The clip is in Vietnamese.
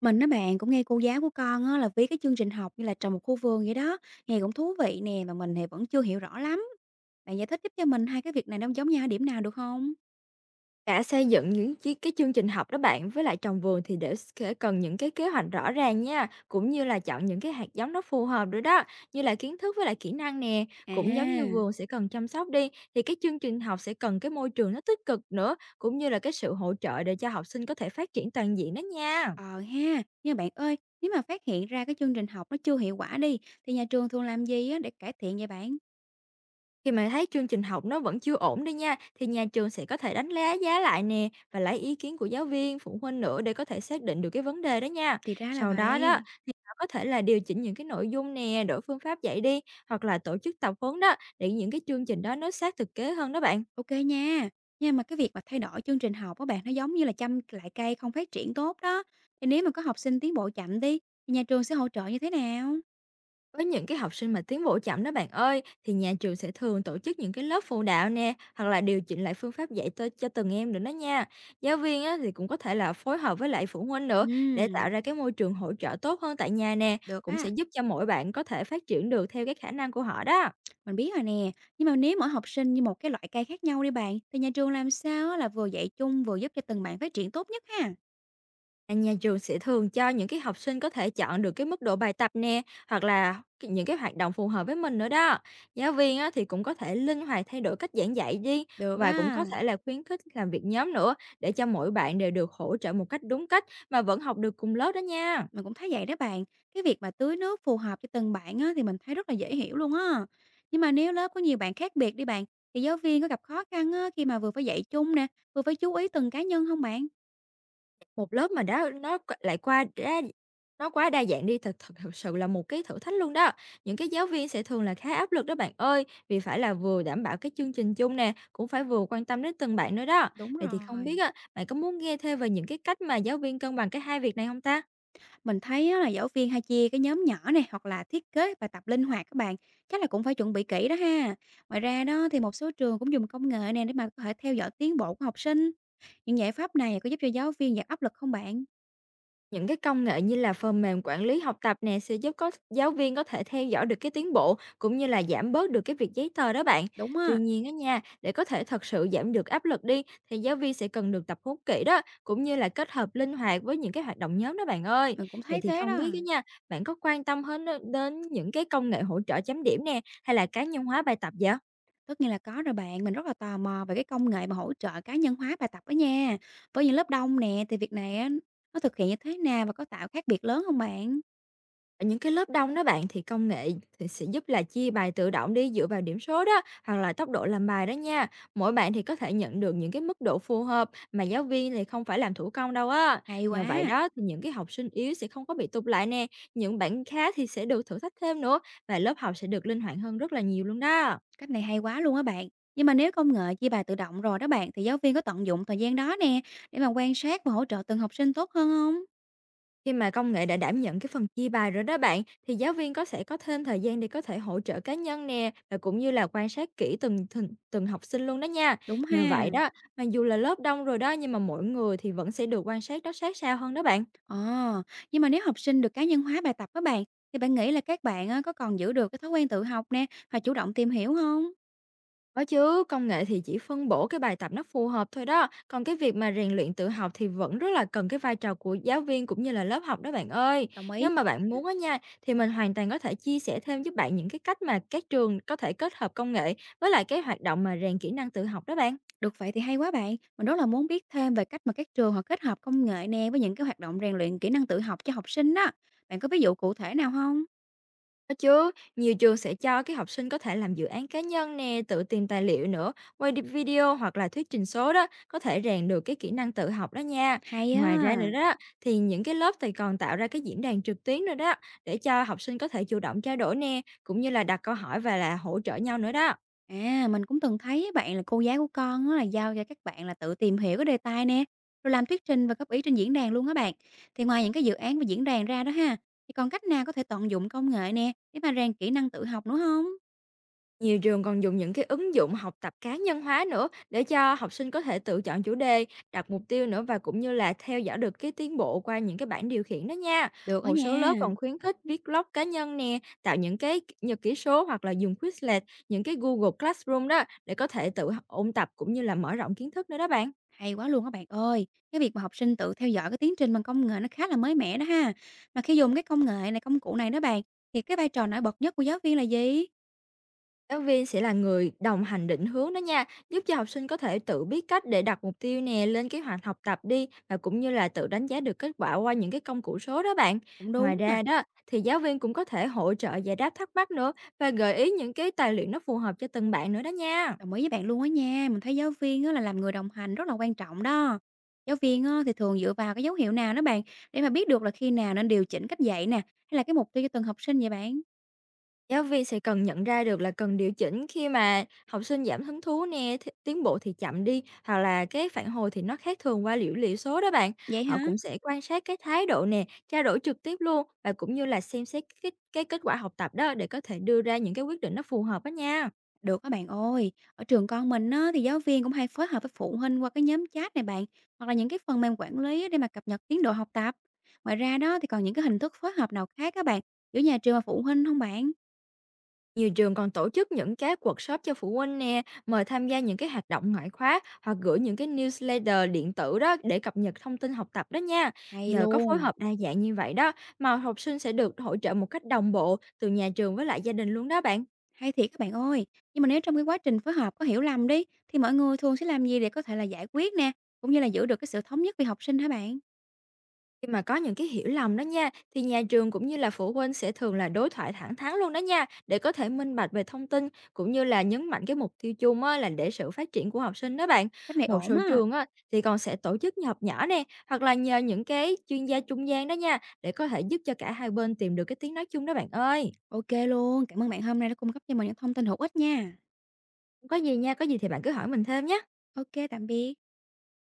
Mình á bạn cũng nghe cô giáo của con á là viết cái chương trình học như là trồng một khu vườn vậy đó, nghe cũng thú vị nè mà mình thì vẫn chưa hiểu rõ lắm. Bạn giải thích giúp cho mình hai cái việc này nó giống nhau ở điểm nào được không? Cả xây dựng những cái chương trình học đó bạn, với lại trồng vườn thì để sẽ cần những cái kế hoạch rõ ràng nha, cũng như là chọn những cái hạt giống nó phù hợp nữa đó, như là kiến thức với lại kỹ năng nè. À, Cũng giống như vườn sẽ cần chăm sóc đi, thì cái chương trình học sẽ cần cái môi trường nó tích cực nữa, cũng như là cái sự hỗ trợ để cho học sinh có thể phát triển toàn diện đó nha. ờ ha, nhưng mà bạn ơi, nếu mà phát hiện ra cái chương trình học nó chưa hiệu quả đi thì nhà trường thường làm gì á để cải thiện vậy bạn? Khi mà thấy chương trình học nó vẫn chưa ổn đi nha, thì nhà trường sẽ có thể đánh lá giá lại nè và lấy ý kiến của giáo viên, phụ huynh nữa để có thể xác định được cái vấn đề đó nha. Thì ra là Sau đó đó vậy. thì họ có thể là điều chỉnh những cái nội dung nè, đổi phương pháp dạy đi hoặc là tổ chức tập huấn đó để những cái chương trình đó nó sát thực tế hơn đó bạn. Ok nha. Nhưng mà cái việc mà thay đổi chương trình học á bạn nó giống như là chăm lại cây không phát triển tốt đó. Thì nếu mà có học sinh tiến bộ chậm đi thì nhà trường sẽ hỗ trợ như thế nào? Với những cái học sinh mà tiến bộ chậm đó bạn ơi, thì nhà trường sẽ thường tổ chức những cái lớp phụ đạo nè, hoặc là điều chỉnh lại phương pháp dạy cho từng em nữa đó nha. Giáo viên á, thì cũng có thể là phối hợp với lại phụ huynh nữa để tạo Ừ, ra cái môi trường hỗ trợ tốt hơn tại nhà nè, được cũng sẽ á. giúp cho mỗi bạn có thể phát triển được theo cái khả năng của họ đó. Mình biết rồi nè, nhưng mà nếu mỗi học sinh như một cái loại cây khác nhau đi bạn, thì nhà trường làm sao á là vừa dạy chung vừa giúp cho từng bạn phát triển tốt nhất ha? À, nhà trường sẽ thường cho những cái học sinh có thể chọn được cái mức độ bài tập nè hoặc là những cái hoạt động phù hợp với mình nữa đó. Giáo viên á, thì cũng có thể linh hoạt thay đổi cách giảng dạy đi Được và cũng có á, thể là khuyến khích làm việc nhóm nữa để cho mỗi bạn đều được hỗ trợ một cách đúng cách mà vẫn học được cùng lớp đó nha. mình cũng thấy vậy đó bạn. Cái việc mà tưới nước phù hợp cho từng bạn á thì mình thấy rất là dễ hiểu luôn á. Nhưng mà nếu lớp có nhiều bạn khác biệt đi bạn, thì giáo viên có gặp khó khăn á khi mà vừa phải dạy chung nè, vừa phải chú ý từng cá nhân không bạn? Một lớp mà đã nó c lại qua đa nó quá đa dạng đi, thật thật thật sự là một cái thử thách luôn đó. Những cái giáo viên sẽ thường là khá áp lực đó bạn ơi, vì phải là vừa đảm bảo cái chương trình chung nè, cũng phải vừa quan tâm đến từng bạn nữa đó. Đúng Vậy thì không biết rồi. á, bạn có muốn nghe thêm về những cái cách mà giáo viên cân bằng cái hai việc này không ta? Mình thấy á, là giáo viên hay chia cái nhóm nhỏ này hoặc là thiết kế bài tập linh hoạt các bạn, chắc là cũng phải chuẩn bị kỹ đó ha. Ngoài ra đó thì một số trường cũng dùng công nghệ này để mà có thể theo dõi tiến bộ của học sinh. Những giải pháp này có giúp cho giáo viên giảm áp lực không bạn? Những cái công nghệ như là phần mềm quản lý học tập nè sẽ giúp có giáo viên có thể theo dõi được cái tiến bộ cũng như là giảm bớt được cái việc giấy tờ đó bạn. Đúng Tuy á, nhiên á nha, để có thể thật sự giảm được áp lực đi thì giáo viên sẽ cần được tập huấn kỹ đó, cũng như là kết hợp linh hoạt với những cái hoạt động nhóm đó bạn ơi. mình cũng Vậy thấy thì thế không đó. biết á nha, bạn có quan tâm hơn đến những cái công nghệ hỗ trợ chấm điểm nè hay là cá nhân hóa bài tập vậy? Tất nhiên là có rồi bạn, mình rất là tò mò về cái công nghệ mà hỗ trợ cá nhân hóa bài tập đó nha. Với những lớp đông nè thì việc này á, nó thực hiện như thế nào và có tạo khác biệt lớn không bạn? Ở những cái lớp đông đó bạn thì công nghệ thì sẽ giúp là chia bài tự động đi dựa vào điểm số đó hoặc là tốc độ làm bài đó nha. Mỗi bạn thì có thể nhận được những cái mức độ phù hợp mà giáo viên thì không phải làm thủ công đâu á. Hay Nhờ vậy quá. đó thì những cái học sinh yếu sẽ không có bị tụt lại nè, những bạn khác thì sẽ được thử thách thêm nữa và lớp học sẽ được linh hoạt hơn rất là nhiều luôn đó. Cách này hay quá luôn á bạn. Nhưng mà nếu công nghệ chia bài tự động rồi đó bạn thì giáo viên có tận dụng thời gian đó nè để mà quan sát và hỗ trợ từng học sinh tốt hơn không? Khi mà công nghệ đã đảm nhận cái phần chia bài rồi đó bạn, thì giáo viên sẽ có thêm thời gian để có thể hỗ trợ cá nhân nè, và cũng như là quan sát kỹ từng từng, từng học sinh luôn đó nha. Đúng Nhờ vậy ha. đó, mặc dù là lớp đông rồi đó nhưng mà mỗi người thì vẫn sẽ được quan sát đó sát sao hơn đó bạn. Ờ, nhưng mà nếu học sinh được cá nhân hóa bài tập đó bạn thì bạn nghĩ là các bạn á, có còn giữ được cái thói quen tự học nè và chủ động tìm hiểu không? Có chứ, công nghệ thì chỉ phân bổ cái bài tập nó phù hợp thôi đó. Còn cái việc mà rèn luyện tự học thì vẫn rất là cần cái vai trò của giáo viên cũng như là lớp học đó bạn ơi. Đồng ý. Nếu mà bạn muốn á nha, thì mình hoàn toàn có thể chia sẻ thêm giúp bạn những cái cách mà các trường có thể kết hợp công nghệ với lại cái hoạt động mà rèn kỹ năng tự học đó bạn. Được vậy thì hay quá bạn. Mình rất là muốn biết thêm về cách mà các trường họ kết hợp công nghệ nè với những cái hoạt động rèn luyện kỹ năng tự học cho học sinh đó. Bạn có ví dụ cụ thể nào không? Có chứ, nhiều trường sẽ cho cái học sinh có thể làm dự án cá nhân nè, tự tìm tài liệu nữa, quay đi video hoặc là thuyết trình số đó, có thể rèn được cái kỹ năng tự học đó nha. Hay á. Ngoài ra nữa đó, thì những cái lớp thì còn tạo ra cái diễn đàn trực tuyến nữa đó, để cho học sinh có thể chủ động trao đổi nè, cũng như là đặt câu hỏi và là hỗ trợ nhau nữa đó. À, mình cũng từng thấy á bạn là cô giáo của con á là giao cho các bạn là tự tìm hiểu cái đề tài nè, rồi làm thuyết trình và góp ý trên diễn đàn luôn á bạn. Thì ngoài những cái dự án và diễn đàn ra đó ha, thì còn cách nào có thể tận dụng công nghệ nè để mà rèn kỹ năng tự học nữa không? Nhiều trường còn dùng những cái ứng dụng học tập cá nhân hóa nữa để cho học sinh có thể tự chọn chủ đề, đặt mục tiêu nữa và cũng như là theo dõi được cái tiến bộ qua những cái bảng điều khiển đó nha. Được đó Một số lớp nha. còn khuyến khích viết blog cá nhân nè, tạo những cái nhật ký số hoặc là dùng Quizlet, những cái Google Classroom đó để có thể ôn tập cũng như là mở rộng kiến thức nữa đó bạn. Hay quá luôn các bạn ơi. Cái việc mà học sinh tự theo dõi cái tiến trình bằng công nghệ nó khá là mới mẻ đó ha. Mà khi dùng cái công nghệ này công cụ này đó bạn thì cái vai trò nổi bật nhất của giáo viên là gì? Giáo viên sẽ là người đồng hành định hướng đó nha, giúp cho học sinh có thể tự biết cách để đặt mục tiêu nè, lên kế hoạch học tập đi và cũng như là tự đánh giá được kết quả qua những cái công cụ số đó bạn. Cũng Ngoài đúng nè. ra đó thì giáo viên cũng có thể hỗ trợ giải đáp thắc mắc nữa và gợi ý những cái tài liệu nó phù hợp cho từng bạn nữa đó nha. Đồng ý với bạn luôn á nha, mình thấy giáo viên á là làm người đồng hành rất là quan trọng đó. Giáo viên á thì thường dựa vào cái dấu hiệu nào đó bạn để mà biết được là khi nào nên điều chỉnh cách dạy nè, hay là cái mục tiêu cho từng học sinh vậy bạn? Giáo viên sẽ cần nhận ra được là cần điều chỉnh khi mà học sinh giảm hứng thú nè, tiến bộ thì chậm đi, hoặc là cái phản hồi thì nó khác thường qua dữ liệu số đó bạn. Vậy Họ hả? cũng sẽ quan sát cái thái độ nè, trao đổi trực tiếp luôn và cũng như là xem xét cái kết quả học tập đó để có thể đưa ra những cái quyết định nó phù hợp đó nha. Được các bạn ơi, ở trường con mình á thì giáo viên cũng hay phối hợp với phụ huynh qua cái nhóm chat này bạn, hoặc là những cái phần mềm quản lý á để mà cập nhật tiến độ học tập. Ngoài ra đó thì còn những cái hình thức phối hợp nào khác các bạn giữa nhà trường và phụ huynh không bạn? Nhiều trường còn tổ chức những cái workshop cho phụ huynh nè, mời tham gia những cái hoạt động ngoại khóa hoặc gửi những cái newsletter điện tử đó để cập nhật thông tin học tập đó nha. Hay Nhờ có phối luôn. hợp đa dạng như vậy đó mà học sinh sẽ được hỗ trợ một cách đồng bộ từ nhà trường với lại gia đình luôn đó bạn. Hay thiệt các bạn ơi, nhưng mà nếu trong cái quá trình phối hợp có hiểu lầm đi, thì mọi người thường sẽ làm gì để có thể là giải quyết nè, cũng như là giữ được cái sự thống nhất vì học sinh hả bạn? Khi mà có những cái hiểu lầm đó nha, thì nhà trường cũng như là phụ huynh sẽ thường là đối thoại thẳng thắn luôn đó nha, để có thể minh bạch về thông tin cũng như là nhấn mạnh cái mục tiêu chung á, là để sự phát triển của học sinh đó bạn. Cách này Một ổn số á. trường á, thì còn sẽ tổ chức họp nhỏ nè, hoặc là nhờ những cái chuyên gia trung gian đó nha, để có thể giúp cho cả hai bên tìm được cái tiếng nói chung đó bạn ơi. Ok luôn, cảm ơn bạn hôm nay đã cung cấp cho mình những thông tin hữu ích nha. Không có gì nha, có gì thì bạn cứ hỏi mình thêm nhé. Ok, tạm biệt.